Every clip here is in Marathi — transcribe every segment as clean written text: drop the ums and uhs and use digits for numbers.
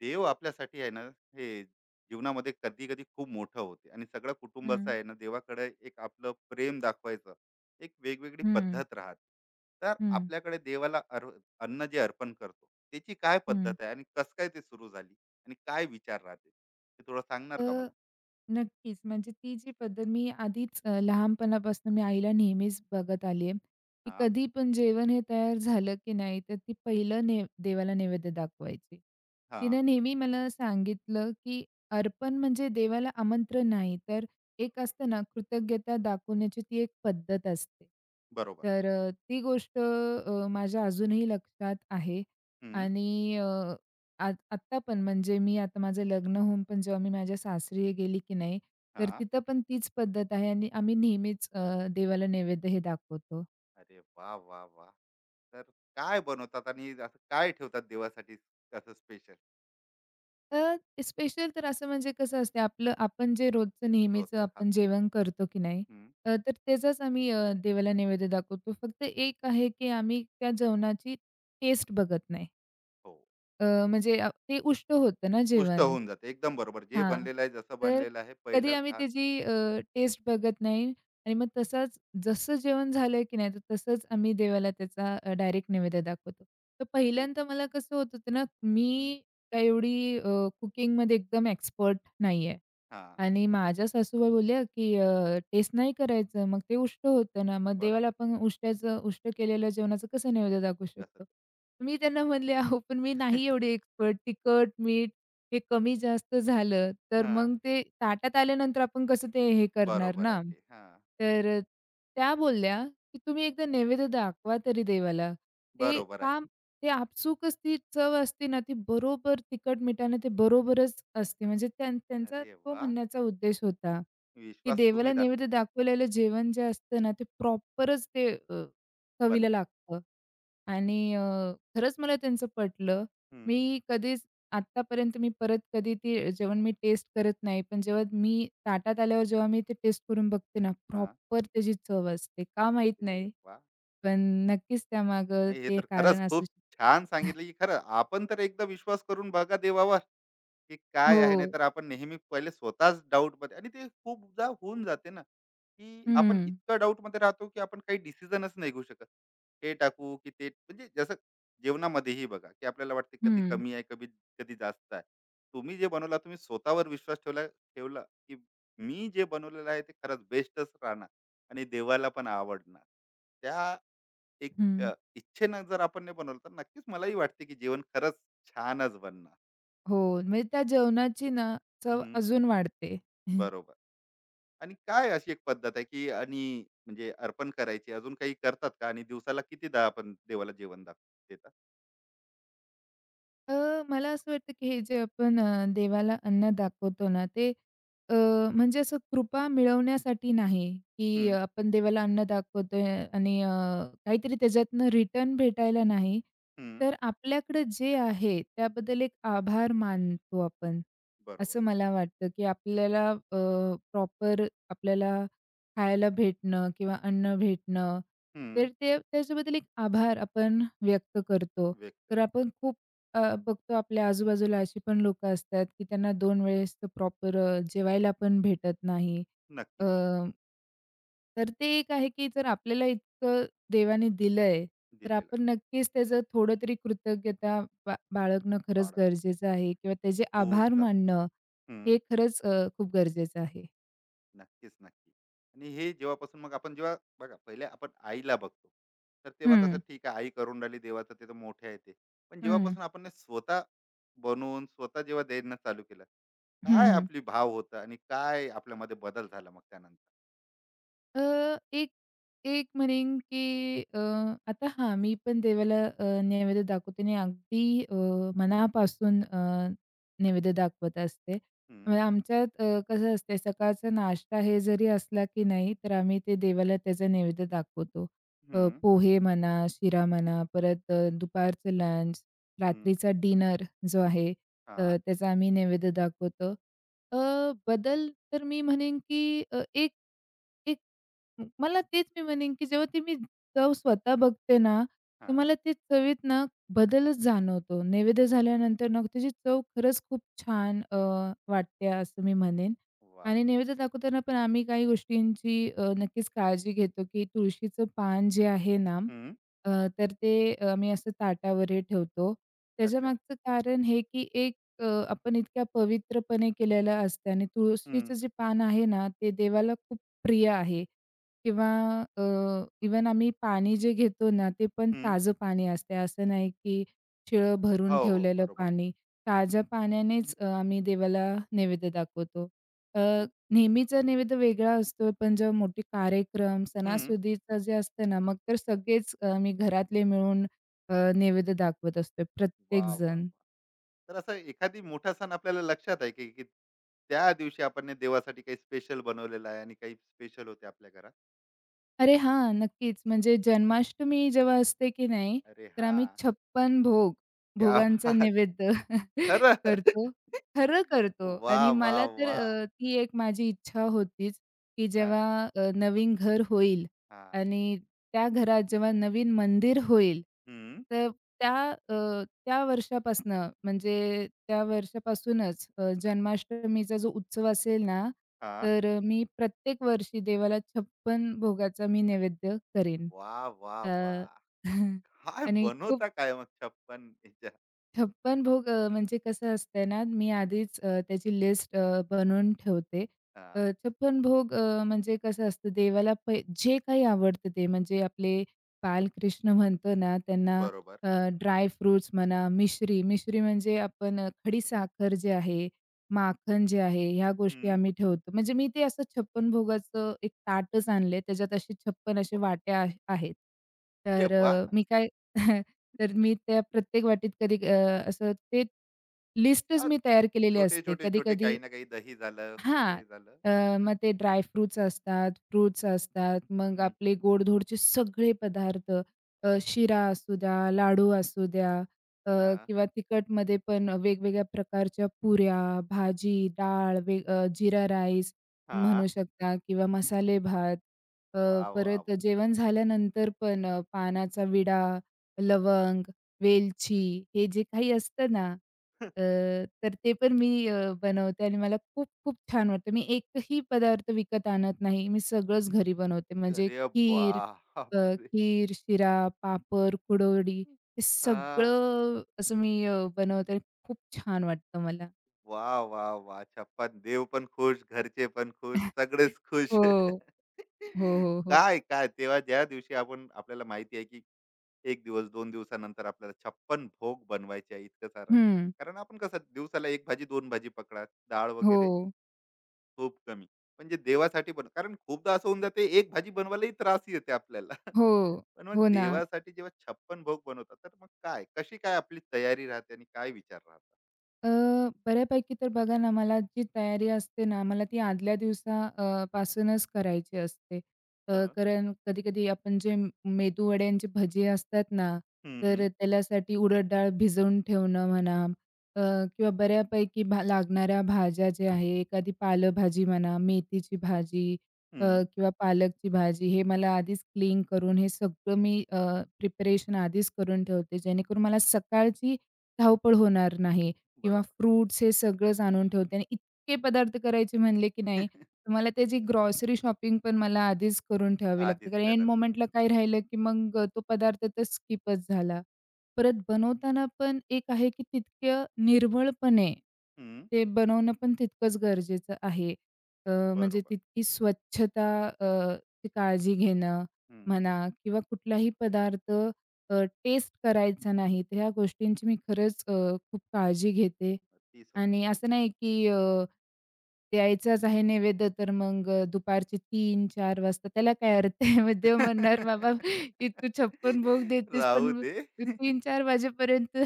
देव आपल्यासाठी आहे ना? हे जीवनामध्ये कधी कधी खूप मोठं होते आणि सगळ्या हं, कुटुंबाचं आहे ना, देवाकडे एक आपलं प्रेम दाखवायचं एक वेगवेगळी हं, पद्धत राहते. तर हं, आपल्याकडे देवाला अन्न जे अर्पण करतो, त्याची काय पद्धत हं. आहे आणि कस काय ते सुरू झाली, आणि काय विचार राहते, ते थोडं सांगणार का तर मला? नक्कीच, म्हणजे ती जी पद्धत मी आधीच लहानपणापासून मी आईला नेहमीच बघत आली आहे, की हा. कधी पण जेवण हे तयार झालं की नाही, तर ती पहिलं ने देवाला नैवेद्य दाखवायची. हा. तिनं नेहमी मला सांगितलं, की अर्पण म्हणजे देवाला आमंत्रण नाही, तर एक असतं ना, कृतज्ञता दाखवण्याची ती एक पद्धत असते. बरोबर. तर ती गोष्ट माझ्या अजूनही लक्षात आहे हम्म. आणि अ आ आत्ता पण म्हणजे मी आता माझं लग्न होऊन पण जेव्हा मी माझ्या सासरी गेली की नाही, तर हा. तिथं पण तीच पद्धत आहे आणि आम्ही नेहमीच देवाला नैवेद्य हे दाखवतो. अरे वा, वा, वा. तर काय बनवतात आणि असं काय ठेवतात देवासाठी असं स्पेशल? तर स्पेशल तर असं म्हणजे कसं असते आपलं आपण जे रोजचं नेहमीचं रोजचं आपण खातं. जेवण करतो की नाही, हम्म. तर त्याचाच आम्ही देवाला नैवेद्य दाखवतो. फक्त एक आहे की आम्ही त्या जेवणाची टेस्ट बघत नाही. हो. अ, म्हणजे ते उष्ट होतं ना उष्ट जेवण. होऊन जाते. एकदम बरोबर. जे हां. बनलेलं आहे, जसं तर बनलेलं आहे, कधी पहिला आम्ही घास. त्याची टेस्ट बघत नाही आणि मग तसाच जसं जेवण झालं की नाही, तर तसंच आम्ही देवाला त्याचा डायरेक्ट नैवेद्य दाखवतो. तर फूक. पहिल्यांदा मला कसं होत होतं ना, हं. मी काय एवढी कुकिंगमध्ये एकदम एक्सपर्ट नाही आहे हां. आणि माझ्या सासूबाई बोलल्या की टेस्ट नाही करायचं. मग ते उष्ट होतं ना, मग देवाला बरोबर. आपण उष्ट्याचं उष्ट केलेल्या जेवणाचं कसं नैवेद्य दाखवू शकतो? तसंच. मी त्यांना म्हणले, "अहो, पण मी नाही एवढी एक्सपर्ट. तिखट, मीठ हे कमी-जास्त झालं, तर हां, मग ते ताटात आल्यानंतर आपण कसं ते हे करणार बरोबर आहे ना. ते. हां, तर त्या बोलल्या, की "तुम्ही एकदा नैवेद्य दाखवा तरी देवाला." ते बरोबर आहे. काम ते आपसूकच ती चव असते ना, ती बरोबर तिखट-मिठाने ते बरोबरच असते. म्हणजे त्यांचा अरे तो वाह! म्हणण्याचा उद्देश होता, की विश्वास देवाला तुम्ही दाख नैवेद्य दाखवलेलं जेवण जे असतं ना, ते प्रॉपरच ते चवीला बनते. लागतं. आणि खरंच मला त्यांचं पटलं. हं. मी कधीच आत्तापर्यंत मी परत कधी ते जेवण मी टेस्ट करत नाही. पण जेव्हा मी ताटात आल्यावर जेव्हा मी ते टेस्ट करून बघते ना, हां. प्रॉपर त्याची चव असते. का माहीत अरे नाही, वाह! पण नक्कीच त्यामागं नाही, हे ते तर कारण खरंच असू खूप शकतं. छान सांगितलं, की खरं आपण तर एकदा विश्वास करून बघा देवावर. की काय आहे, हो. नाहीतर आपण नेहमी पहिले स्वतःच डाऊट मध्ये, आणि ते खूपदा होऊन जाते ना, की आपण हं, इतका डाऊट मध्ये राहतो की आपण काही डिसिजनच नाही घेऊ शकत. हे टाकू की ते, म्हणजे जसं जेवणामध्येही बघा की आपल्याला वाटते कधी हं, कमी आहे, कधी कधी जास्त आहे. तुम्ही जे बनवला, तुम्ही स्वतःवर विश्वास ठेवला ठेवला की मी जे बनवलेलं आहे ते खरंच बेस्टच राहणार आणि देवाला पण आवडणार. त्या एक हं. इच्छेनं जर आपण नाही बनवलं, तर नक्कीच मलाही वाटते की जेवण खरंच छानच बनणार. हो, म्हणजे त्या जेवणाची ना चव हम्म. अजून वाढते. बरोबर. आणि काय अशी एक पद्धत आहे की, आणि म्हणजे अर्पण करायची अजून काही करतात का, आणि दिवसाला कितीदा आपण देवाला जेवण देतात? अ, मला असं वाटतं, की हे जे आपण देवाला अन्न दाखवतो ना, ते अ, म्हणजे असं कृपा मिळवण्यासाठी नाही, की हम्म. आपण देवाला अन्न दाखवतोय आणि काहीतरी त्याच्यातनं रिटर्न भेटायला नाही. हम्म. तर आपल्याकडे जे आहे त्याबद्दल एक आभार मानतो आपण. बरोबर. असं मला वाटतं, की आपल्याला प्रॉपर आपल्याला खायला भेटणं किंवा अन्न भेटणं, हम्म. तर ते त्याच्याबद्दल एक आभार आपण व्यक्त करतो. व्यक्त कर. तर आपण खूप बघतो आपल्या आजूबाजूला अशी पण लोकं असतात, की त्यांना 2 वेळेस प्रॉपर जेवायला पण भेटत नाही. अ, नक्की. तर ते एक आहे, की जर आपल्याला इतकं देवाने दिलंय, तर दिलेला आपण आहे. नक्कीच त्याचं थोडं तरी कृतज्ञता बाळगणं खरंच बाळक गरजेचं आहे किंवा त्याचे खूप आभार जास्त. मानणं हे हम्म. खरंच खूप गरजेचं आहे. नक्कीच, नक्की. आणि हे जेव्हापासून, मग आपण जेव्हा बघा, पहिले आपण आईला बघतो, तर तेव्हा कसं, हं, ठीक आहे आई करून राहिली देवाचं, ते तर मोठे आहे ते. पण हं. जेव्हापासून आपण हे स्वतः बनवून, स्वतः जेव्हा देणं चालू केलं, हं, काय हं. आपली भाव होता आणि काय आपल्यामध्ये बदल झाला मग त्यानंतर? अ, एक एक म्हणेन, की आता हां, मी पण देवाला नैवेद्य दाखवते आणि अगदी अ, मनापासून नैवेद्य दाखवत असते. हं, म्हणजे आमच्यात कसं असते सकाळचा नाश्ता हे जरी असला, की नाही, तर आम्ही ते देवाला त्याचा नैवेद्य दाखवतो. हं, पोहे म्हणा, शिरा म्हणा, परत दुपारचं लंच, हं. रात्रीचा डिनर जो आहे हां, त्याचा आम्ही नैवेद्य दाखवतो. अ, बदल तर मी म्हणेन, की अ, एक एक म मला तेच मी म्हणेन, की जेव्हा ती मी चव स्वतः बघते ना, तर हां. मला ते चवीत ना बदलच जाणवतो. नैवेद्य झाल्यानंतर ना त्याची चव खरंच खूप छान वाटते असं मी म्हणेन. वाह! आणि नैवेद्य दाखवताना पण आम्ही काही गोष्टींची नक्कीच काळजी घेतो, की तुळशीचं पान जे आहे ना, हं. अ, तर ते आम्ही असं ताटावर हे ठेवतो. अच्छा. त्याच्यामागचं कारण हे, की एक आपण इतक्या पवित्रपणे केलेलं असतं आणि हं, तुळशीचं जे पान आहे ना, ते देवाला खूप प्रिय आहे. किंवा अ, इव्हन आम्ही पाणी जे घेतो ना, ते पण हं. ताजं पाणी असते. असं नाही की शिळं भरून हो, हो. ठेवलेलं बरोबर. पाणी. ताज्या पाण्यानेच आम्ही देवाला नैवेद्य दाखवतो. अ, हो. नेहमीचा नैवेद्य वेगळा असतो, पण जेव्हा मोठे कार्यक्रम, हं. सणासुदीचं जे असतं ना, मग तर सगळेच आम्ही घरातले मिळून नैवेद्य दाखवत असतो वाह, वाह, वाह! प्रत्येकजण. तर असा एखादी मोठा सण आपल्याला लक्षात आहे की, की त्या दिवशी आपण हे देवासाठी काही स्पेशल बनवलेलं आहे आणि काही स्पेशल होते आपल्या घरात? अरे हां, नक्कीच. म्हणजे जन्माष्टमी जेव्हा असते की नाही, अरे तर हा. आम्ही 56 क्या भोगांचा बात! नैवेद्य खरंच. करतो. खरं करतो वा, आणि वा, मला तर वा. ती एक माझी इच्छा होतीच, की हां, जेव्हा नवीन घर होईल हां. आणि त्या घरात जेव्हा नवीन मंदिर होईल, हं. तर त्या अ, त्या वर्षापासनं म्हणजे त्या वर्षापासूनच जन्माष्टमीचा जो उत्सव असेल ना, हां. तर मी प्रत्येक वर्षी देवाला 56 भोगाचा मी नैवेद्य करेन. वाह, वाह, अ, वाह! काय आणि खूप बनवता काय मग छप्पन ह्याच्या? छप्पन भोग म्हणजे कसं असतंय ना, मी आधीच त्याची लिस्ट बनवून ठेवते. हां. छप्पन भोग म्हणजे कसं असतं देवाला पै जे काही आवडतं ते म्हणजे आपले बालकृष्ण म्हणतो ना, त्यांना बरोबर. अ, ड्राय फ्रुट्स म्हणा, मिश्री म्हणजे आपण खडी साखर जे आहे, माखन जे आहे, ह्या गोष्टी आम्ही ठेवतो. म्हणजे मी ते असं छप्पन भोगाचं एक ताटच आणलंय. त्याच्यात असे 56 असे वा. वाट्या आहेत. अरे तर वा. मी काय तर मी त्या प्रत्येक वाटीत कधी अ, असं ते लिस्टच हा, मी तयार केलेली छोटे असते. छोटे छोटे कधी-कधी काही ना काही, दही झालं, हां. हे झालं. अ, मग ते ड्राय फ्रुट्स असतात, फ्रुट्स असतात, मग हम्म. आपले गोडधोडचे सगळे पदार्थ शिरा असू द्या, लाडू असू द्या अ, हा. किंवा तिखटमध्ये पण वेगवेगळ्या प्रकारच्या पुऱ्या, भाजी, डाळ, जीरा राईस हा. म्हणू शकता किंवा मसाले भात. वा, अ, वा, परत वा. जेवण झाल्यानंतर पण पानाचा विडा, लवंग, वेलची हे जे काही असतं ना अ, तर ते पण मी बनवते आणि मला खूप खूप छान वाटतं. मी एकही पदार्थ विकत आणत नाही. मी सगळंच घरी बनवते. म्हणजे अरे खीर, बाप अ, रे. खीर, शिरा, पापड, कुरवडी हे हा. सगळं असं मी बनवते. खूप छान वाटतं मला. वा, वा, वा. छप्पन देव पण खुश, घरचे पण खुश, सगळेच खुश. हो. हो, हो, हो. काय काय तेव्हा, ज्या दिवशी आपण आपल्याला माहिती आहे की एक दिवस, दोन दिवसानंतर आपल्याला छप्पन भोग बनवायचे आहे इतकं सारं, हं. कारण आपण कसं दिवसाला एक भाजी, दोन भाजी पकडा, डाळ हो. वगैरे. खूप कमी म्हणजे देवासाठी बन कारण खूपदा असं होऊन जाते एक भाजी बनवायलाही त्रास येते आपल्याला. हो. पण मग हो ना. देवासाठी जेव्हा छप्पन भोग बनवतात, तर मग काय, कशी काय आपली तयारी राहते आणि काय विचार राहतात? अ, बऱ्यापैकी तर बघा ना, मला जी तयारी असते ना, मला ती आदल्या दिवसा पासूनच करायची असते. हा. कारण कधी-कधी आपण जे मेदूवड्यांचे भजे असतात ना, हम्म, तर हम्म. त्याच्यासाठी उडद डाळ भिजवून ठेवणं म्हणा अ, किंवा बऱ्यापैकी लागणाऱ्या भाज्या ज्या आहे, एखादी पालेभाजी म्हणा, मेथीची भाजी अ, हम्म. किंवा पालकची भाजी, हे मला आधीच क्लीन करून हे सगळं मी प्रिपरेशन आधीच करून ठेवते, जेणेकरून मला सकाळची धावपळ होणार नाही. किंवा बरोबर. फ्रुट्स हे सगळंच आणून ठेवते आणि इतके पदार्थ करायचे म्हणले की नाही, तर मला त्याची ग्रॉसरी शॉपिंग पण मला आधीच करून ठेवावी लागते. आधीच कारण एंड करायला. मोमेंटला काय राहिलं की मग तो पदार्थ तर स्किपच झाला. परत बनवताना पण एक आहे की तितकं निर्मळपणे हम्म. ते बनवणं पण तितकंच गरजेचं आहे. अ, म्हणजे बरोबर. तितकी स्वच्छता अ, ची काळजी घेणं हम्म. म्हणा किंवा कुठलाही पदार्थ टेस्ट करायचा नाही. तर ह्या गोष्टींची मी खरंच खूप काळजी घेते अति आणि सुंदर. असं नाही की द्यायचाच आहे नैवेद्य तर मग दुपारचे 3-4 वाजता त्याला काय अर्थ आहे. मग देव म्हणणार, "बाबा तू 56 भोग देतेस राहू पण दे. 3-4 वाजेपर्यंत."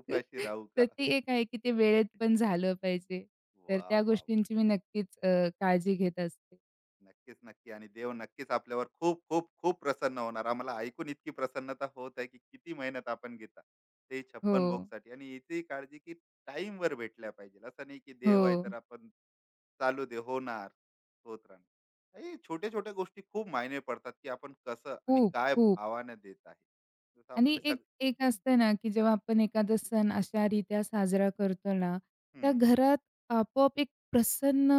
उपाशी राहू तर का. ती एक आहे की ते वेळेत पण झालं पाहिजे. तर वा, त्या वा, वा. गोष्टींची मी नक्कीच काळजी घेत असते. नक्कीच, नक्की. आणि देव नक्कीच आपल्यावर खूप खूप खूप प्रसन्न होणार. आम्हाला ऐकून इतकी प्रसन्नता होत आहे की किती मेहनत आपण घेता ते हो, छप्पन भोग साठी आणि याची काळजी की टाइम वर भेटल्या पाहिजे. असं नाही की हो. देव आहे तर आपण चालू दे, होणार, होत राहणार. हे छोट्या छोट्या गोष्टी खूप मायने पडतात की आपण कसं आणि खूप, काय खूप. भावाने देत आहे. जसं आणि आपण एक सग एक असतं ना, की जेव्हा आपण एखादा सण अशा रीत्या साजरा करतो ना, त्या हम्म. घरात आपोआप एक प्रसन्न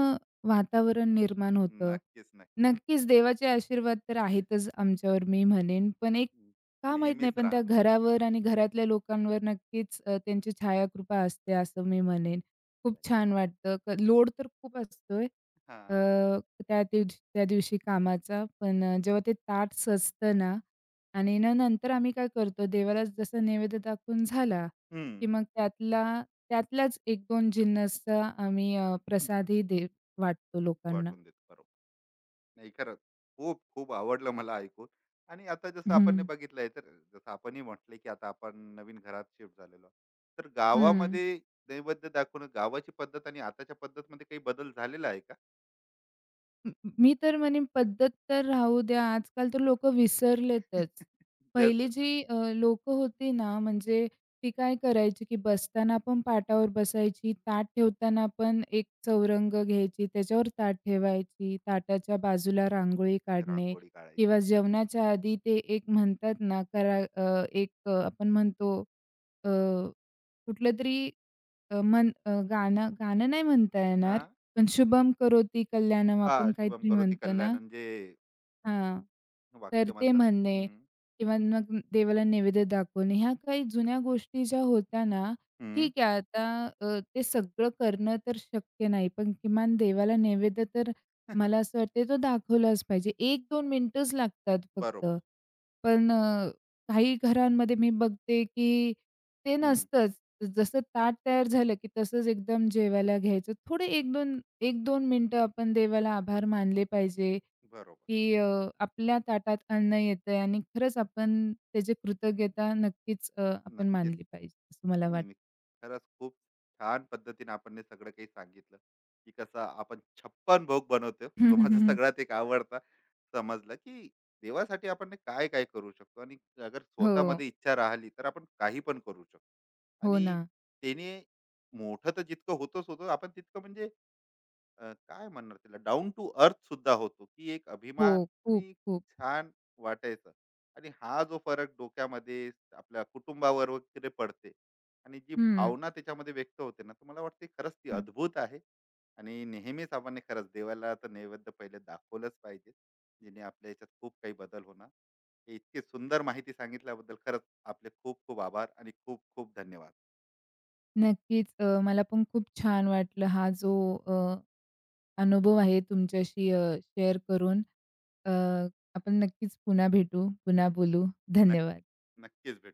वातावरण निर्माण होतं. नक्कीच, नक्की. नक्कीच देवाचे आशीर्वाद तर आहेतच आमच्यावर मी म्हणेन, पण एक नक्की. का माहीत नाही, नेहमीच पण त्या राहणार. घरावर आणि घरातल्या लोकांवर नक्कीच त्यांची छायाकृपा असते असं मी म्हणेन. खूप नाही. छान वाटतं. लोड तर खूप असतोय, हा. अ, त्या दिवशी त्या दिवशी कामाचा. पण जेव्हा ते ताट सजतं ना आणि नंतर आम्ही काय करतो देवाला जसं नैवेद्य दाखवून झाला, की हम्म. मग त्यातलाच 1-2 जिन्नसचा आम्ही प्रसादही वाटतो लोकांना. वाटून देतो, बरोबर. नाही, खरंच खूप खूप आवडलं मला ऐकून. आणि आता जसं हं, आपण हे बघितलंय, तर जसं आपणही म्हटलंय की आता आपण नवीन घरात शिफ्ट झालेलो आहोत. तर हं. गावामध्ये नैवेद्य दाखवणं, गावाची पद्धत आणि आताच्या पद्धतमध्ये काही बदल झालेला आहे का? म म- मी तर म्हणेन पद्धत तर राहू द्या, आजकाल तर लोकं विसरलेतच. पहिली जसं जी होती ना, म्हणजे ती काय करायची, की बसताना पण पाटावर बसायची, ताट ठेवताना पण एक चौरंग घ्यायची, त्याच्यावर ताट ठेवायची, ताटाच्या बाजूला रांगोळी काढणे रांगोळी काढायची. किंवा जेवणाच्या आधी ते एक म्हणतात ना, करा अ, एक अ, आपण म्हणतो कुठलंतरी अ, मन अ, गाणं गाणं नाही म्हणता हा. येणार, पण शुभम करोती कल्याणम हा, आपण शुभम काहीतरी करोती म्हणतो ना, कल्याण जे हां. तर वाक्य ते म्हणतात. म्हणणे हम्म, किंवा मग देवाला नैवेद्य दाखवणे, ह्या काही जुन्या गोष्टी ज्या होत्या ना, हम्म. ठीक आहे आता ते सगळं करणं तर शक्य नाही, पण किमान देवाला नैवेद्य तर मला असं वाटते तो दाखवलाच पाहिजे. 1-2 मिनिटंच लागतात फक्त. बरोबर. पण काही घरांमध्ये मी बघते, की ते हम्म. नसतंच. जसं ताट तयार झालं, की तसंच एकदम जेवायला घ्यायचं. थोडे 1-2 मिनिटं आपण देवाला आभार मानले पाहिजे. बरोबर. की आपल्या ताटात अन्न येतंय आणि खरंच आपण त्याची कृतज्ञता नक्कीच आपण नक्कीच. मानली पाहिजे, असं मला नाही, नाही, वाटतं. नाही. खरंच खूप छान पद्धतीने आपण हे सगळं काही सांगितलं, की कसं आपण 56 भोग बनवतो. जो माझा सगळ्यात एक आवडता समजला, की देवासाठी आपण काय-काय करू शकतो, आणि अगर हो, स्वतःमध्ये इच्छा राहिली, तर आपण काही पण करू शकतो. हो आणि ना. त्याने मोठं तर जितकं होतच होतं, आपण तितकं म्हणजे काय म्हणणार त्याला, डाऊन टू अर्थ सुद्धा होतो, की एक हो, अभिमान खूप, आणि एक खूप. छान वाटायचं. आणि हा जो फरक डोक्यामध्ये आपल्या कुटुंबावर वगैरे पडते, आणि जी हं, भावना त्याच्यामध्ये व्यक्त होते ना, तर मला वाटते खरंच ती हं. अद्भुत आहे. आणि नेहमीच आपण हे खरंच देवाला तर नैवेद्य पहिले दाखवलंच पाहिजे, जिने आपल्या याच्यात खूप काही बदल होणार. हे इतकी सुंदर माहिती सांगितल्याबद्दल खरंच आपले खूप खूप आभार आणि खूप खूप धन्यवाद. नक्कीच. मला पण खूप छान वाटलं हा जो अ, अनुभव आहे तुमच्याशी शेअर करून. अ, आपण नक्कीच पुन्हा भेटू, पुन्हा बोलू. धन्यवाद. नक्की. नक्कीच भेटू.